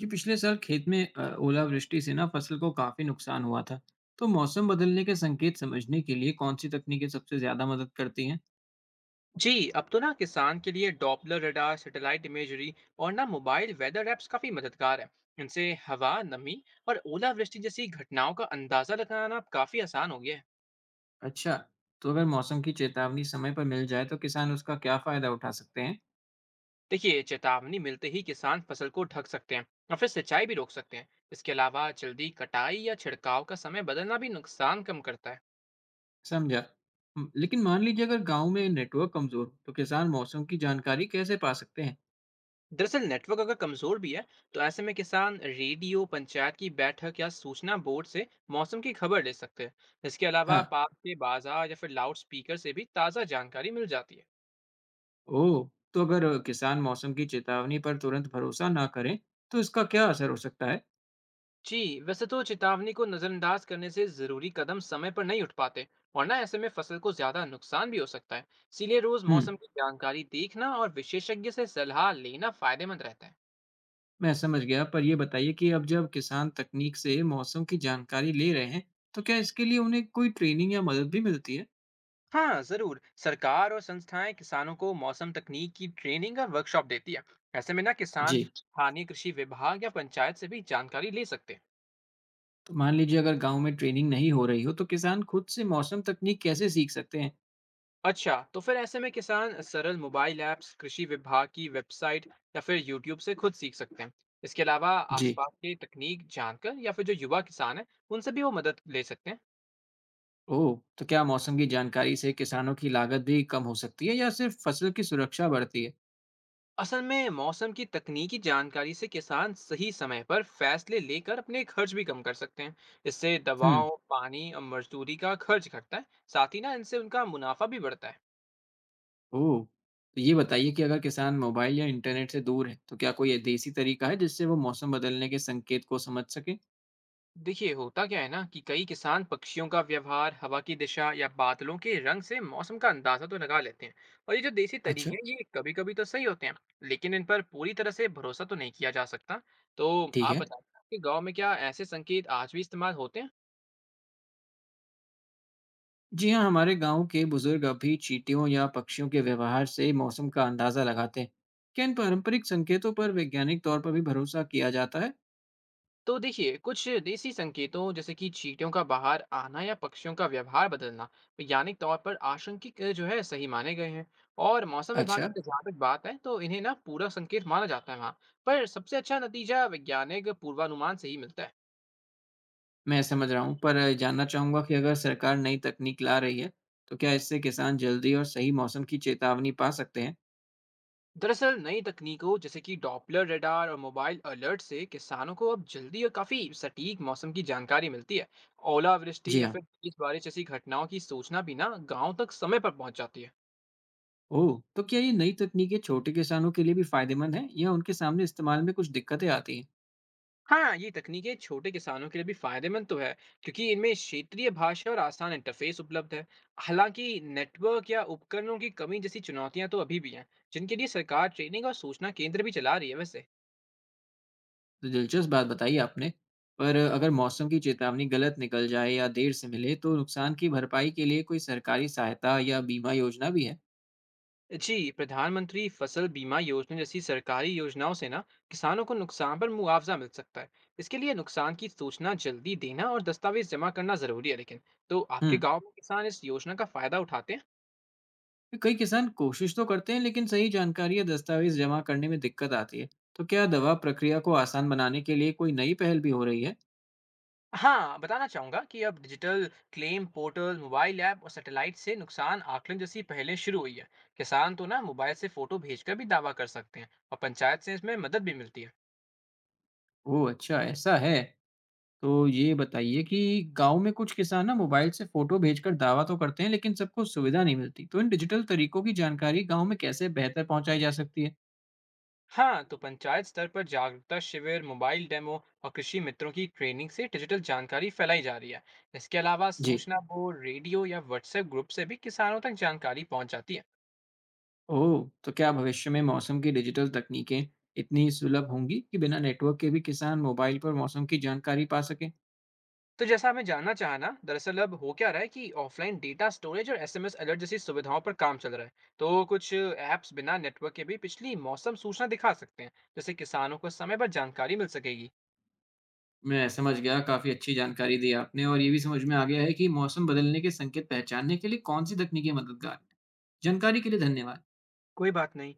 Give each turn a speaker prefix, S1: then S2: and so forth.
S1: जी पिछले साल खेत में ओलावृष्टि से ना फसल को काफी नुकसान हुआ था। तो मौसम बदलने के संकेत समझने के लिए कौन सी तकनीकें सबसे ज्यादा मदद करती हैं?
S2: जी अब तो ना किसान के लिए डॉपलर रडार, सैटेलाइट इमेजरी और ना मोबाइल वेदर ऐप्स काफी मददगार है। इनसे हवा, नमी और ओलावृष्टि जैसी घटनाओं का अंदाजा लगाना अब काफी आसान हो गया है।
S1: अच्छा। तो अगर मौसम की चेतावनी समय पर मिल जाए तो किसान उसका क्या फायदा उठा सकते हैं?
S2: देखिए, चेतावनी मिलते ही किसान फसल को ढक सकते हैं और फिर सिंचाई भी रोक सकते हैं। इसके अलावा जल्दी कटाई या छिड़काव का समय बदलना भी नुकसान कम करता है।
S1: समझा। लेकिन मान लीजिए अगर गांव में नेटवर्क कमजोर हो तो किसान मौसम की जानकारी कैसे पा सकते हैं?
S2: दरअसल नेटवर्क अगर कमजोर भी है तो ऐसे में किसान रेडियो, पंचायत की बैठक या सूचना बोर्ड से मौसम की खबर ले सकते हैं। इसके अलावा
S1: हाँ।
S2: पास के बाजार या फिर लाउड स्पीकर से भी ताज़ा जानकारी मिल जाती है।
S1: ओ। तो अगर किसान मौसम की चेतावनी पर तुरंत भरोसा ना करें तो इसका क्या असर हो सकता है?
S2: जी। वैसे तो चेतावनी को नज़रअंदाज करने से ज़रूरी कदम समय पर नहीं उठ पाते, और ना ऐसे में फसल को ज़्यादा नुकसान भी हो सकता है। इसीलिए रोज़
S1: हम्म।
S2: मौसम की जानकारी देखना और विशेषज्ञ से सलाह लेना फायदेमंद रहता है।
S1: मैं समझ गया, पर यह बताइए कि अब जब किसान तकनीक से मौसम की जानकारी ले रहे हैं तो क्या इसके लिए उन्हें कोई ट्रेनिंग या मदद भी मिलती है?
S2: हाँ जरूर। सरकार और संस्थाएं किसानों को मौसम तकनीक की ट्रेनिंग और वर्कशॉप देती है। ऐसे में ना किसान
S1: जी।
S2: स्थानीय कृषि विभाग या पंचायत से भी जानकारी ले सकते हैं।
S1: तो मान लीजिए अगर गांव में ट्रेनिंग नहीं हो रही हो तो किसान खुद से मौसम तकनीक कैसे सीख सकते हैं?
S2: अच्छा, तो फिर ऐसे में किसान सरल मोबाइल ऐप्स, कृषि विभाग की वेबसाइट या फिर यूट्यूब से खुद सीख सकते हैं। इसके अलावा
S1: जी।
S2: आसपास की तकनीक जानकर या फिर जो युवा किसान है उनसे भी वो मदद ले सकते हैं।
S1: ओह। तो क्या मौसम की जानकारी से किसानों की लागत भी कम हो सकती है या सिर्फ फसल की सुरक्षा बढ़ती है?
S2: असल में मौसम की तकनीकी जानकारी से किसान सही समय पर फैसले लेकर अपने खर्च भी कम कर सकते हैं। इससे
S1: हम्म।
S2: दवाओं, पानी और मजदूरी का खर्च घटता है। साथ ही ना इनसे उनका मुनाफा भी बढ़ता है।
S1: ओह। तो ये बताइए कि अगर किसान मोबाइल या इंटरनेट से दूर है तो क्या कोई देसी तरीका है जिससे वो मौसम बदलने के संकेत को समझ सके?
S2: देखिए, होता क्या है ना, कि कई किसान पक्षियों का व्यवहार, हवा की दिशा या बादलों के रंग से मौसम का अंदाजा तो लगा लेते हैं। और ये जो देसी
S1: अच्छा।
S2: तरीके हैं ये कभी कभी तो सही होते हैं। लेकिन इन पर पूरी तरह से भरोसा तो नहीं किया जा सकता। तो
S1: ठीक
S2: आप
S1: है।
S2: बताइए, आपके गांव में क्या ऐसे संकेत आज भी इस्तेमाल होते हैं?
S1: जी हाँ, हमारे गांव के बुजुर्ग अभी चींटियों या पक्षियों के व्यवहार से मौसम का अंदाजा लगाते हैं। क्या इन पारंपरिक संकेतों पर वैज्ञानिक तौर पर भी भरोसा किया जाता है?
S2: तो देखिए, कुछ देसी संकेतों जैसे कि चींटियों का बाहर आना या पक्षियों का व्यवहार बदलना वैज्ञानिक तौर पर आशंकित जो है सही माने गए हैं। और मौसम विभाग
S1: अच्छा।
S2: की तो जहाँ तक बात है, तो इन्हें ना पूरा संकेत माना जाता है वहाँ। पर सबसे अच्छा नतीजा वैज्ञानिक पूर्वानुमान से ही मिलता है।
S1: मैं समझ रहा हूँ, पर जानना चाहूंगा कि अगर सरकार नई तकनीक ला रही है तो क्या इससे किसान जल्दी और सही मौसम की चेतावनी पा सकते हैं?
S2: दरअसल नई तकनीकों जैसे कि डॉपलर रडार और मोबाइल अलर्ट से किसानों को अब जल्दी और काफी सटीक मौसम की जानकारी मिलती है। ओलावृष्टि
S1: जी
S2: या
S1: हाँ।
S2: फिर तेज बारिश जैसी घटनाओं की सूचना भी ना गांव तक समय पर पहुंच जाती है।
S1: ओह। तो क्या ये नई तकनीकें छोटे किसानों के लिए भी फायदेमंद है या उनके सामने इस्तेमाल में कुछ दिक्कतें आती हैं?
S2: हाँ, ये तकनीकें छोटे किसानों के लिए भी फायदेमंद तो है, क्योंकि इनमें क्षेत्रीय भाषा और आसान इंटरफेस उपलब्ध है। हालांकि नेटवर्क या उपकरणों की कमी जैसी चुनौतियां तो अभी भी हैं, जिनके लिए सरकार ट्रेनिंग और सूचना केंद्र भी चला रही है वैसे।
S1: तो दिलचस्प बात बताई आपने। पर अगर मौसम की चेतावनी गलत निकल जाए या देर से मिले तो नुकसान की भरपाई के लिए कोई सरकारी सहायता या बीमा योजना भी है?
S2: जी, प्रधानमंत्री फसल बीमा योजना जैसी सरकारी योजनाओं से ना किसानों को नुकसान पर मुआवजा मिल सकता है। इसके लिए नुकसान की सूचना जल्दी देना और दस्तावेज जमा करना जरूरी है लेकिन। तो
S1: हुँ।
S2: आपके गांव में किसान इस योजना का फायदा उठाते हैं?
S1: तो कई किसान कोशिश तो करते हैं लेकिन सही जानकारी या दस्तावेज़ जमा करने में दिक्कत आती है। तो क्या दवा प्रक्रिया को आसान बनाने के लिए कोई नई पहल भी हो रही है?
S2: हाँ, बताना चाहूँगा कि अब digital claim portal, mobile app और सैटेलाइट से नुकसान आकलन जैसी पहलें शुरू हुई है। किसान तो ना मोबाइल से फ़ोटो भेजकर भी दावा कर सकते हैं और पंचायत से इसमें मदद भी मिलती है।
S1: ओह! अच्छा ऐसा है। तो ये बताइए कि गाँव में कुछ किसान ना मोबाइल से फ़ोटो भेजकर दावा तो करते हैं लेकिन सबको सुविधा नहीं मिलती। तो इन डिजिटल तरीकों की जानकारी गाँव में कैसे बेहतर पहुँचाई जा सकती है?
S2: हाँ, तो पंचायत स्तर पर जागरूकता शिविर, मोबाइल डेमो और कृषि मित्रों की ट्रेनिंग से डिजिटल जानकारी फैलाई जा रही है। इसके अलावा
S1: जी।
S2: सूचना बोर्ड, रेडियो या व्हाट्सएप ग्रुप से भी किसानों तक जानकारी पहुँच जाती है।
S1: ओह! तो क्या भविष्य में मौसम की डिजिटल तकनीकें इतनी सुलभ होंगी कि बिना नेटवर्क के भी किसान मोबाइल पर मौसम की जानकारी पा सकें?
S2: तो जैसा हमें जानना चाहा ना, दरअसल अब हो क्या रहा है कि ऑफलाइन डेटा स्टोरेज और एसएमएस अलर्ट जैसी सुविधाओं पर काम चल रहा है। तो कुछ ऐप्स बिना नेटवर्क के भी पिछली मौसम सूचना दिखा सकते हैं, जैसे किसानों को समय पर जानकारी मिल सकेगी।
S1: मैं समझ गया, काफ़ी अच्छी जानकारी दी आपने और ये भी समझ में आ गया है कि मौसम बदलने के संकेत पहचानने के लिए कौन-सी तकनीकें मददगार हैं। जानकारी के लिए धन्यवाद।
S2: कोई बात नहीं।